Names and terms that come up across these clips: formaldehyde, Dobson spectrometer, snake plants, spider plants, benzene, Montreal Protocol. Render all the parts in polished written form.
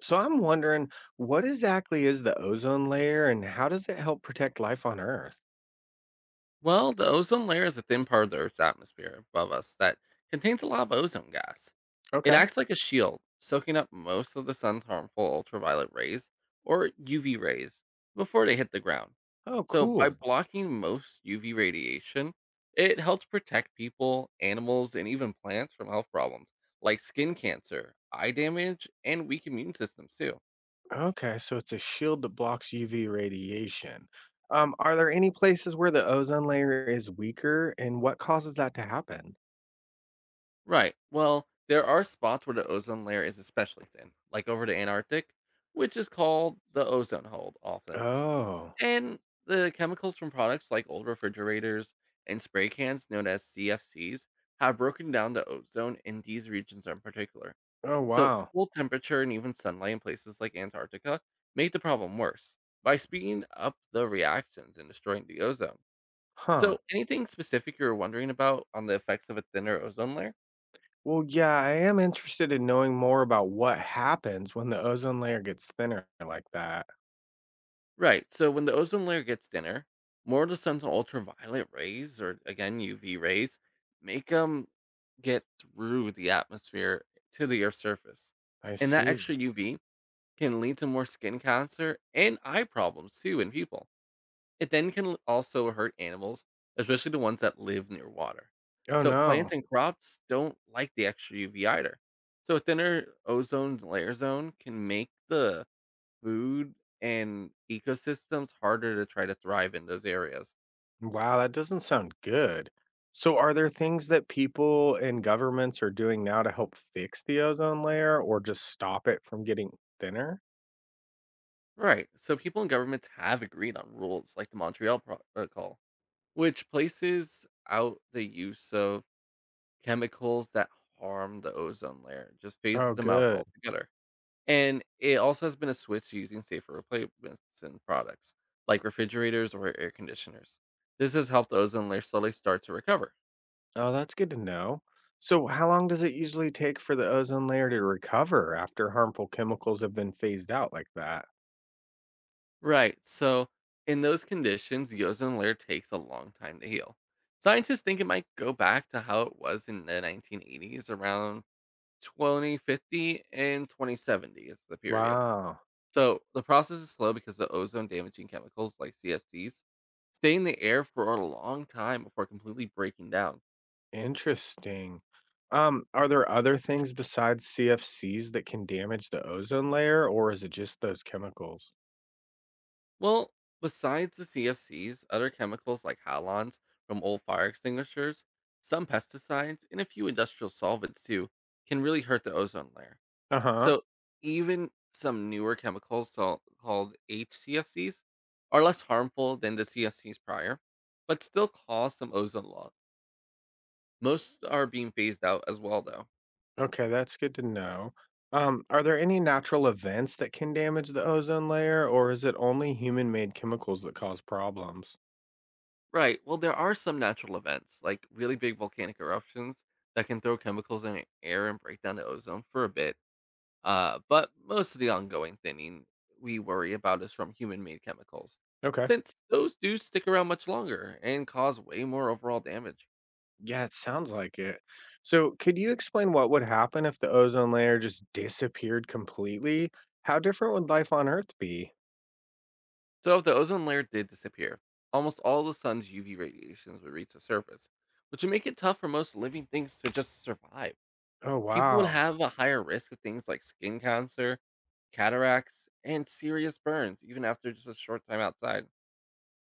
So I'm wondering what exactly is the ozone layer and how does it help protect life on Earth? Well, the ozone layer is a thin part of the Earth's atmosphere above us that contains a lot of ozone gas. It Okay. acts like a shield, soaking up most of the sun's harmful ultraviolet rays or UV rays before they hit the ground. Oh, So, by cool. blocking most UV radiation, it helps protect people, animals, and even plants from health problems like skin cancer, eye damage, and weak immune systems, too. Okay, so it's a shield that blocks UV radiation. Are there any places where the ozone layer is weaker and what causes that to happen? Right. Well, there are spots where the ozone layer is especially thin, like over the Antarctic, which is called the ozone hole often. Oh, And the chemicals from products like old refrigerators and spray cans, known as CFCs, have broken down the ozone in these regions in particular. oh, So, wow. cool temperature and even sunlight in places like Antarctica make the problem worse by speeding up the reactions and destroying the ozone. Huh. So, anything specific you're wondering about on the effects of a thinner ozone layer? Well, yeah, I am interested in knowing more about what happens when the ozone layer gets thinner like that. Right. So when the ozone layer gets thinner, more of the sun's ultraviolet rays, or again UV rays, make them get through the atmosphere to the Earth's surface, I and that extra see. UV can lead to more skin cancer and eye problems too in people. It then can also hurt animals, especially the ones that live near water. Oh, So no. plants and crops don't like the extra UV either. So a thinner ozone layer zone can make the food and ecosystems harder to try to thrive in those areas. Wow, that doesn't sound good. So, are there things that people and governments are doing now to help fix the ozone layer or just stop it from getting thinner? Right. So people and governments have agreed on rules like the Montreal Protocol, which places out the use of chemicals that harm the ozone layer, just phases Oh, them out good. altogether. And it also has been a switch to using safer replacements in products like refrigerators or air conditioners. This has helped the ozone layer slowly start to recover. Oh, that's good to know. So, how long does it usually take for the ozone layer to recover after harmful chemicals have been phased out like that? Right. So, in those conditions, the ozone layer takes a long time to heal. Scientists think it might go back to how it was in the 1980s, around 2050 and 2070 is the period. Wow, So, the process is slow because the ozone damaging chemicals like CFCs stay in the air for a long time before completely breaking down. interesting. Are there other things besides CFCs that can damage the ozone layer, or is it just those chemicals? Well, besides the CFCs, other chemicals like halons from old fire extinguishers, some pesticides, and a few industrial solvents too can really hurt the ozone layer. Uh huh. So, even some newer chemicals so- called HCFCs are less harmful than the CFCs prior, but still cause some ozone loss. Most are being phased out as well, though. Okay, that's good to know. Are there any natural events that can damage the ozone layer, or is it only human made chemicals that cause problems? Right. Well, there are some natural events, like really big volcanic eruptions, that can throw chemicals in the air and break down the ozone for a bit. But most of the ongoing thinning we worry about is from human made chemicals, Okay. since those do stick around much longer and cause way more overall damage. Yeah, it sounds like it. So, could you explain what would happen if the ozone layer just disappeared completely? How different would life on Earth be? So, if the ozone layer did disappear, almost all the sun's UV radiations would reach the surface, which would make it tough for most living things to just survive. Oh, People would wow. have a higher risk of things like skin cancer, cataracts, and serious burns, even after just a short time outside.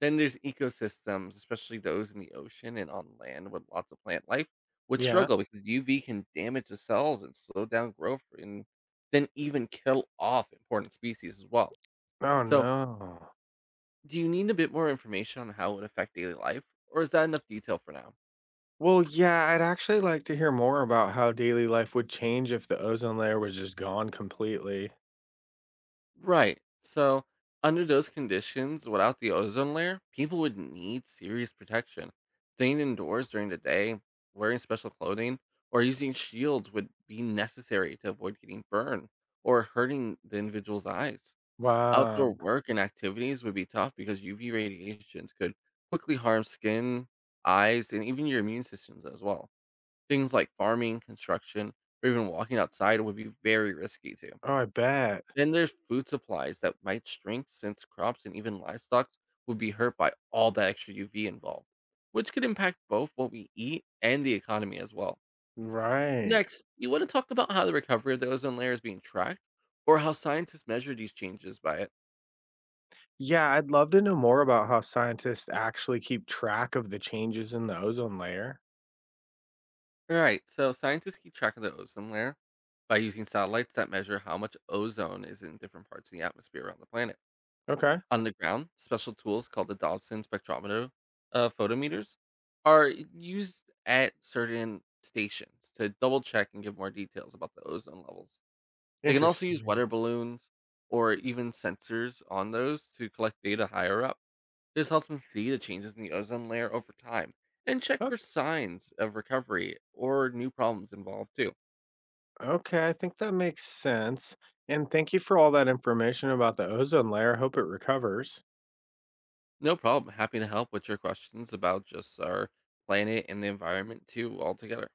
Then there's ecosystems, especially those in the ocean and on land with lots of plant life, would Yeah. struggle because UV can damage the cells and slow down growth and then even kill off important species as well. Oh, So, no. do you need a bit more information on how it would affect daily life, or is that enough detail for now? Well, yeah, I'd actually like to hear more about how daily life would change if the ozone layer was just gone completely. Right. So, under those conditions, without the ozone layer, people would need serious protection. Staying indoors during the day, wearing special clothing, or using shields would be necessary to avoid getting burned or hurting the individual's eyes. Outdoor Wow. work and activities would be tough because UV radiations could quickly harm skin, eyes, and even your immune systems as well. Things like farming, construction, or even walking outside would be very risky too. Oh, I bet. Then there's food supplies that might shrink since crops and even livestock would be hurt by all the extra UV involved, which could impact both what we eat and the economy as well. Right. Next, you want to talk about how the recovery of the ozone layer is being tracked or how scientists measure these changes by it. Yeah, I'd love to know more about how scientists actually keep track of the changes in the ozone layer. All right, so scientists keep track of the ozone layer by using satellites that measure how much ozone is in different parts of the atmosphere around the planet. Okay. On the ground, special tools called the Dodson spectrometer photometers are used at certain stations to double check and give more details about the ozone levels. They can also use Interesting. weather balloons or even sensors on those to collect data higher up. This helps them see the changes in the ozone layer over time and check O- for signs of recovery or new problems involved too. Okay, I think that makes sense. And thank you for all that information about the ozone layer. I hope it recovers. No problem. Happy to help with your questions about just our planet and the environment too altogether.